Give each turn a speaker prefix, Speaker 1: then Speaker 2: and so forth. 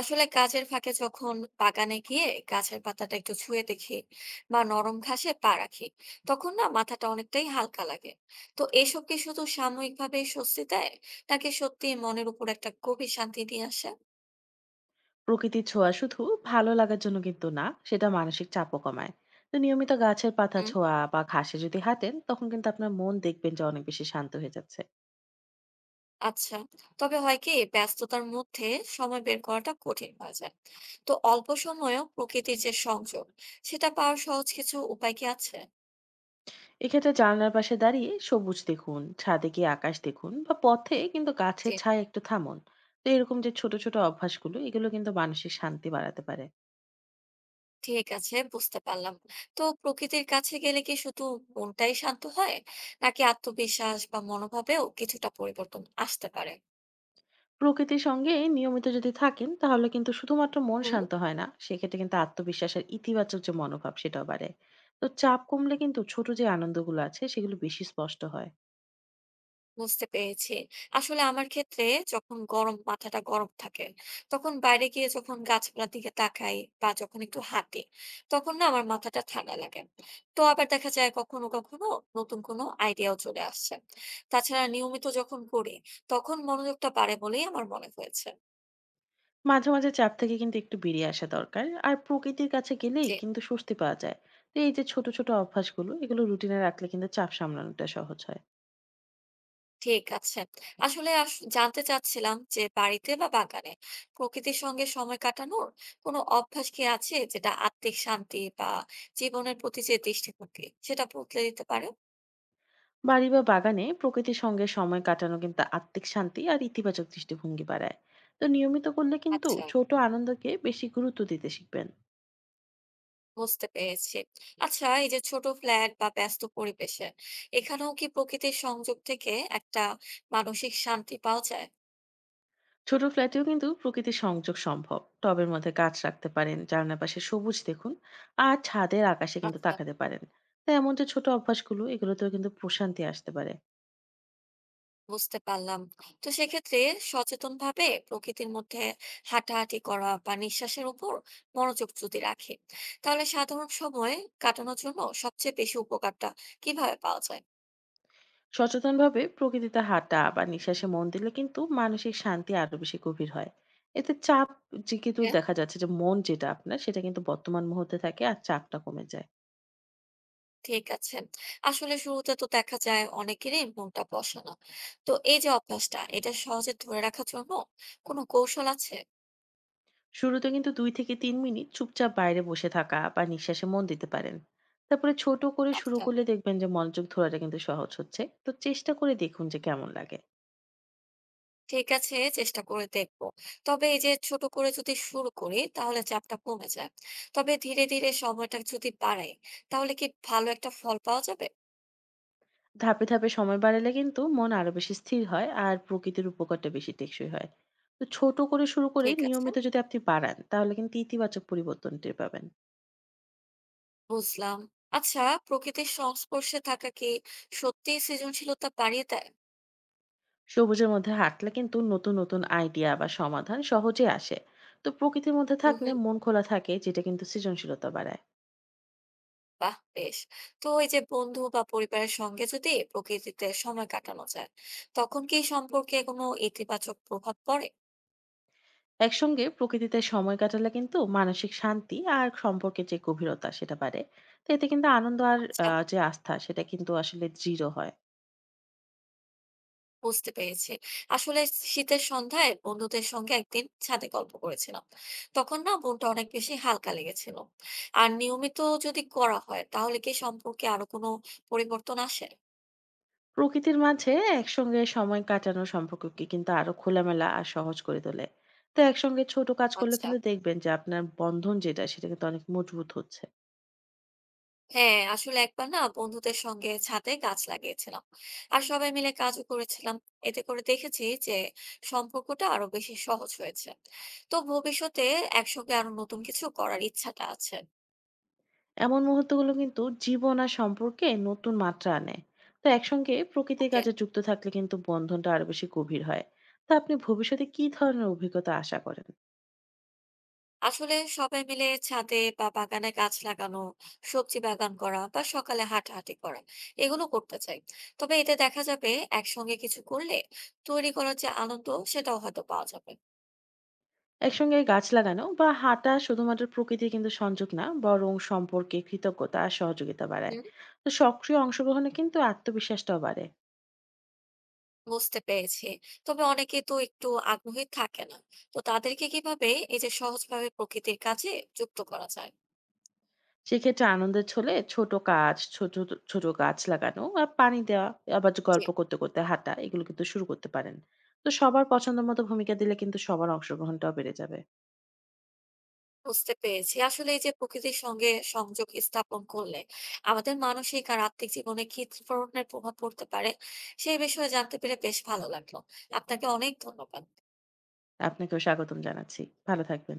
Speaker 1: আসলে কাজের ফাঁকে যখন বাগানে গিয়ে গাছের পাতাটা একটু ছুঁয়ে দেখি বা নরম ঘাসে পা রাখি তখন না মাথাটা অনেকটাই হালকা লাগে। তো এসব কি শুধু সাময়িকভাবে স্বস্তি দেয় নাকি সত্যি মনের উপর একটা গভীর শান্তি নিয়ে আসে?
Speaker 2: প্রকৃতির ছোঁয়া শুধু ভালো লাগার জন্য কিন্তু না, সেটা মানসিক চাপও কমায়। তো নিয়মিত গাছের পাতা
Speaker 1: হুম,
Speaker 2: ছোঁয়া বা ঘাসে যদি হাঁটেন তখন কিন্তু আপনার মন দেখবেন যে অনেক বেশি শান্ত হয়ে যাচ্ছে।
Speaker 1: আচ্ছা। তবে হয় কি, ব্যস্ততার মধ্যে সময় বের করাটা কঠিন হয়ে যায়। তো অল্প সময়েও প্রকৃতির যে সংযোগ, সেটা পাওয়ার সহজ কিছু উপায় কি আছে?
Speaker 2: এক্ষেত্রে জানলার পাশে দাঁড়িয়ে সবুজ দেখুন, ছাদে গিয়ে আকাশ দেখুন বা পথে কিন্তু গাছের ছায় একটু থামুন। তো এরকম যে ছোট ছোট অভ্যাসগুলো এগুলো কিন্তু মানসিক শান্তি বাড়াতে পারে।
Speaker 1: ঠিক আছে, বুঝতে পারলাম। তো প্রকৃতির কাছে গেলে কি শুধু মনটাই শান্ত হয় নাকি আত্মবিশ্বাস বা মনোভাবেও কিছুটা পরিবর্তন আসতে পারে?
Speaker 2: প্রকৃতির সঙ্গে নিয়মিত যদি থাকেন তাহলে কিন্তু শুধুমাত্র মন
Speaker 1: হুম,
Speaker 2: শান্ত হয় না, সেক্ষেত্রে কিন্তু আত্মবিশ্বাস আর ইতিবাচক যে মনোভাব সেটাও বাড়ে। তো চাপ কমলে কিন্তু ছোট যে আনন্দগুলো আছে সেগুলো বেশি স্পষ্ট হয়।
Speaker 1: বুঝতে পেরেছি। আসলে আমার ক্ষেত্রে যখন গরম, মাথাটা গরম থাকে, তখন বাইরে গিয়ে যখন গাছপালার দিকে তাকাই বা যখন একটু হাঁটি তখন না আমার মাথাটা ঠান্ডা লাগে। তো আবার দেখা যায় কখনো কখনো নতুন কোনো আইডিয়াও চলে আসছে। তাছাড়া নিয়মিত যখন করি তখন মনোযোগটা বাড়ে বলেই আমার মনে হয়েছে।
Speaker 2: মাঝে মাঝে চাপ থেকে কিন্তু একটু বেরিয়ে আসা দরকার, আর প্রকৃতির কাছে গেলেই
Speaker 1: যে
Speaker 2: কিন্তু স্বস্তি পাওয়া যায়। তো এই যে ছোট ছোট অভ্যাসগুলো এগুলো রুটিনে রাখলে কিন্তু চাপ সামলানোটা সহজ হয়।
Speaker 1: ঠিক আছে। আসলে আস জানতে চাচ্ছিলাম যে বাড়িতে বা বাগানে প্রকৃতির সঙ্গে সময় কাটানোর কোনো অভ্যাস কি আছে যেটা আত্মিক শান্তি বা জীবনের প্রতি যে দৃষ্টিভঙ্গি সেটা বদলে দিতে পারে?
Speaker 2: বাড়ি বা বাগানে প্রকৃতির সঙ্গে সময় কাটানো কিন্তু আত্মিক শান্তি আর ইতিবাচক দৃষ্টিভঙ্গি বাড়ায়। তো নিয়মিত করলে কিন্তু
Speaker 1: আচ্ছা,
Speaker 2: ছোট আনন্দকে বেশি গুরুত্ব দিতে শিখবেন।
Speaker 1: বুঝতে পেরেছি। আচ্ছা, এই যে ছোট ফ্ল্যাট বা ব্যস্ত পরিবেশে এখানেও কি প্রকৃতির সংযোগ থেকে একটা মানসিক শান্তি পাওয়া যায়?
Speaker 2: ছোট ফ্ল্যাটেও কিন্তু প্রকৃতির সংযোগ সম্ভব, টবের মধ্যে গাছ রাখতে পারেন, জানলার পাশে সবুজ দেখুন আর ছাদের আকাশে কিন্তু
Speaker 1: আচ্ছা,
Speaker 2: তাকাতে পারেন। তাই এমন যে ছোট অভ্যাসগুলো এগুলোতেও কিন্তু প্রশান্তি আসতে পারে।
Speaker 1: বুঝতে পারলাম। তো সেক্ষেত্রে সচেতনভাবে প্রকৃতির মধ্যে হাঁটাহাঁটি করা বা নিঃশ্বাসের উপর মনোযোগ যদি রাখে, তাহলে সাধারণ সময় কাটানোর জন্য সবচেয়ে বেশি উপকারটা কিভাবে পাওয়া যায়?
Speaker 2: সচেতনভাবে প্রকৃতিতে হাঁটা বা নিঃশ্বাসে মন দিলে কিন্তু মানসিক শান্তি আরো বেশি গভীর হয়। এতে চাপ যে কিন্তু
Speaker 1: ওকে,
Speaker 2: দেখা যাচ্ছে যে মন যেটা আপনার সেটা কিন্তু বর্তমান মুহূর্তে থাকে আর চাপটা কমে যায়।
Speaker 1: ঠিক আছে। আসলে শুরুতে তো দেখা যায় অনেকেরই মনটা বসে না। তো এই যে অভ্যাসটা, এটা সহজে ধরে রাখার জন্য কোনো কৌশল আছে?
Speaker 2: শুরুতে কিন্তু 2 থেকে 3 মিনিট চুপচাপ বাইরে বসে থাকা বা নিঃশ্বাসে মন দিতে পারেন। তারপরে ছোট করে শুরু
Speaker 1: আচ্ছা,
Speaker 2: করলে দেখবেন যে মনোযোগ ধরাটা কিন্তু সহজ হচ্ছে। তো চেষ্টা করে দেখুন যে কেমন লাগে।
Speaker 1: ঠিক আছে, চেষ্টা করে দেখবো। তবে এই যে ছোট করে যদি শুরু করি তাহলে চাপটা কমে যায়, তবে ধীরে ধীরে সময়টা যদি বাড়াই তাহলে কি ভালো একটা ফল পাওয়া যাবে?
Speaker 2: ধাপে ধাপে সময় বাড়ালে কিন্তু মন আরো বেশি স্থির হয় আর প্রকৃতির উপকারটা বেশি টেকসই হয়। তো ছোট করে শুরু করে
Speaker 1: ঠিক আছে,
Speaker 2: নিয়মিত যদি আপনি বাড়ান তাহলে কিন্তু ইতিবাচক পরিবর্তন টের পাবেন।
Speaker 1: বুঝলাম। আচ্ছা, প্রকৃতির সংস্পর্শে থাকা কি সত্যি সৃজনশীলতা বাড়িয়ে দেয়?
Speaker 2: সবুজের মধ্যে হাঁটলে কিন্তু নতুন নতুন আইডিয়া বা সমাধান সহজে আসে। তো প্রকৃতির মধ্যে
Speaker 1: হুম
Speaker 2: থাকলে
Speaker 1: হুম
Speaker 2: মন খোলা থাকে, যেটা কিন্তু সৃজনশীলতা বাড়ায়।
Speaker 1: বাহ বেশ। তো এই যে বন্ধু বা পরিবারের সঙ্গে যদি প্রকৃতিতে সময় কাটানো যায় তখন কি সম্পর্কে কোনো ইতিবাচক প্রভাব পড়ে?
Speaker 2: একসঙ্গে প্রকৃতিতে সময় কাটালে কিন্তু মানসিক শান্তি আর সম্পর্কের যে গভীরতা সেটা বাড়ে। তো এতে কিন্তু আনন্দ আর
Speaker 1: আচ্ছা,
Speaker 2: যে আস্থা সেটা কিন্তু আসলে দৃঢ় হয়।
Speaker 1: বুঝতে পেরেছি। আসলে শীতের সন্ধ্যায় বন্ধুদের সঙ্গে একদিন ছাদে গল্প করেছিলাম। তখন না মনটা অনেক বেশি হালকা লেগেছিল। আর নিয়মিত যদি করা হয় তাহলে কি সম্পর্কে আরো কোনো পরিবর্তন আসে?
Speaker 2: প্রকৃতির মাঝে একসঙ্গে সময় কাটানো সম্পর্ককে কিন্তু আরো খোলামেলা আর সহজ করে তোলে। তো একসঙ্গে ছোট কাজ করলে
Speaker 1: আচ্ছা,
Speaker 2: কিন্তু দেখবেন যে আপনার বন্ধন যেটা সেটা কিন্তু অনেক মজবুত হচ্ছে।
Speaker 1: হ্যাঁ, আসলে একবার না বন্ধুদের সঙ্গে ছাদে গাছ লাগিয়েছিলাম। আর সবাই মিলে কাজও করেছিলাম। এতে করে দেখেছি যে সম্পর্কটা আরো বেশি সহজ হয়েছে। তো ভবিষ্যতে একসঙ্গে আরো নতুন কিছু করার ইচ্ছাটা আছে।
Speaker 2: এমন মুহূর্তগুলো কিন্তু জীবন আর সম্পর্কে নতুন মাত্রা আনে। তো একসঙ্গে প্রকৃতির
Speaker 1: ওকে।
Speaker 2: কাজে যুক্ত থাকলে কিন্তু বন্ধনটা আরো বেশি গভীর হয়। তো আপনি ভবিষ্যতে কি ধরনের অভিজ্ঞতা আশা করেন?
Speaker 1: আসলে সবাই মিলে ছাদে বা বাগানে গাছ লাগানো, সবজি বাগান করা বা সকালে হাঁটাহাঁটি করা, এগুলো করতে চাই। তবে এতে দেখা যাবে একসঙ্গে কিছু করলে তৈরি করার যে আনন্দ সেটাও হয়তো পাওয়া যাবে।
Speaker 2: একসঙ্গে গাছ লাগানো বা হাঁটা শুধুমাত্র প্রকৃতির কিন্তু সংযোগ না, বরং সম্পর্কে কৃতজ্ঞতা আর সহযোগিতা বাড়ায়।
Speaker 1: হুম,
Speaker 2: তো সক্রিয় অংশগ্রহণে কিন্তু আত্মবিশ্বাসটাও বাড়ে।
Speaker 1: বুঝতে পেরেছি। তবে অনেকে তো একটু আগ্রহী থাকে না, তো তাদেরকে কিভাবে এই যে সহজভাবে প্রকৃতির কাছে যুক্ত করা যায়?
Speaker 2: সেক্ষেত্রে আনন্দের ছলে ছোট কাজ, ছোট ছোট গাছ লাগানো আর পানি দেওয়া, আবার গল্প করতে করতে হাঁটা, এগুলো কিন্তু শুরু করতে পারেন। তো সবার পছন্দ মতো ভূমিকা দিলে কিন্তু সবার অংশগ্রহণটাও বেড়ে যাবে।
Speaker 1: বুঝতে পেরেছি। আসলে এই যে প্রকৃতির সঙ্গে সংযোগ স্থাপন করলে আমাদের মানসিক আর আত্মিক জীবনে কি ধরনের প্রভাব পড়তে পারে সেই বিষয়ে জানতে পেরে বেশ ভালো লাগলো। আপনাকে অনেক ধন্যবাদ।
Speaker 2: আপনাকেও স্বাগতম জানাচ্ছি। ভালো থাকবেন।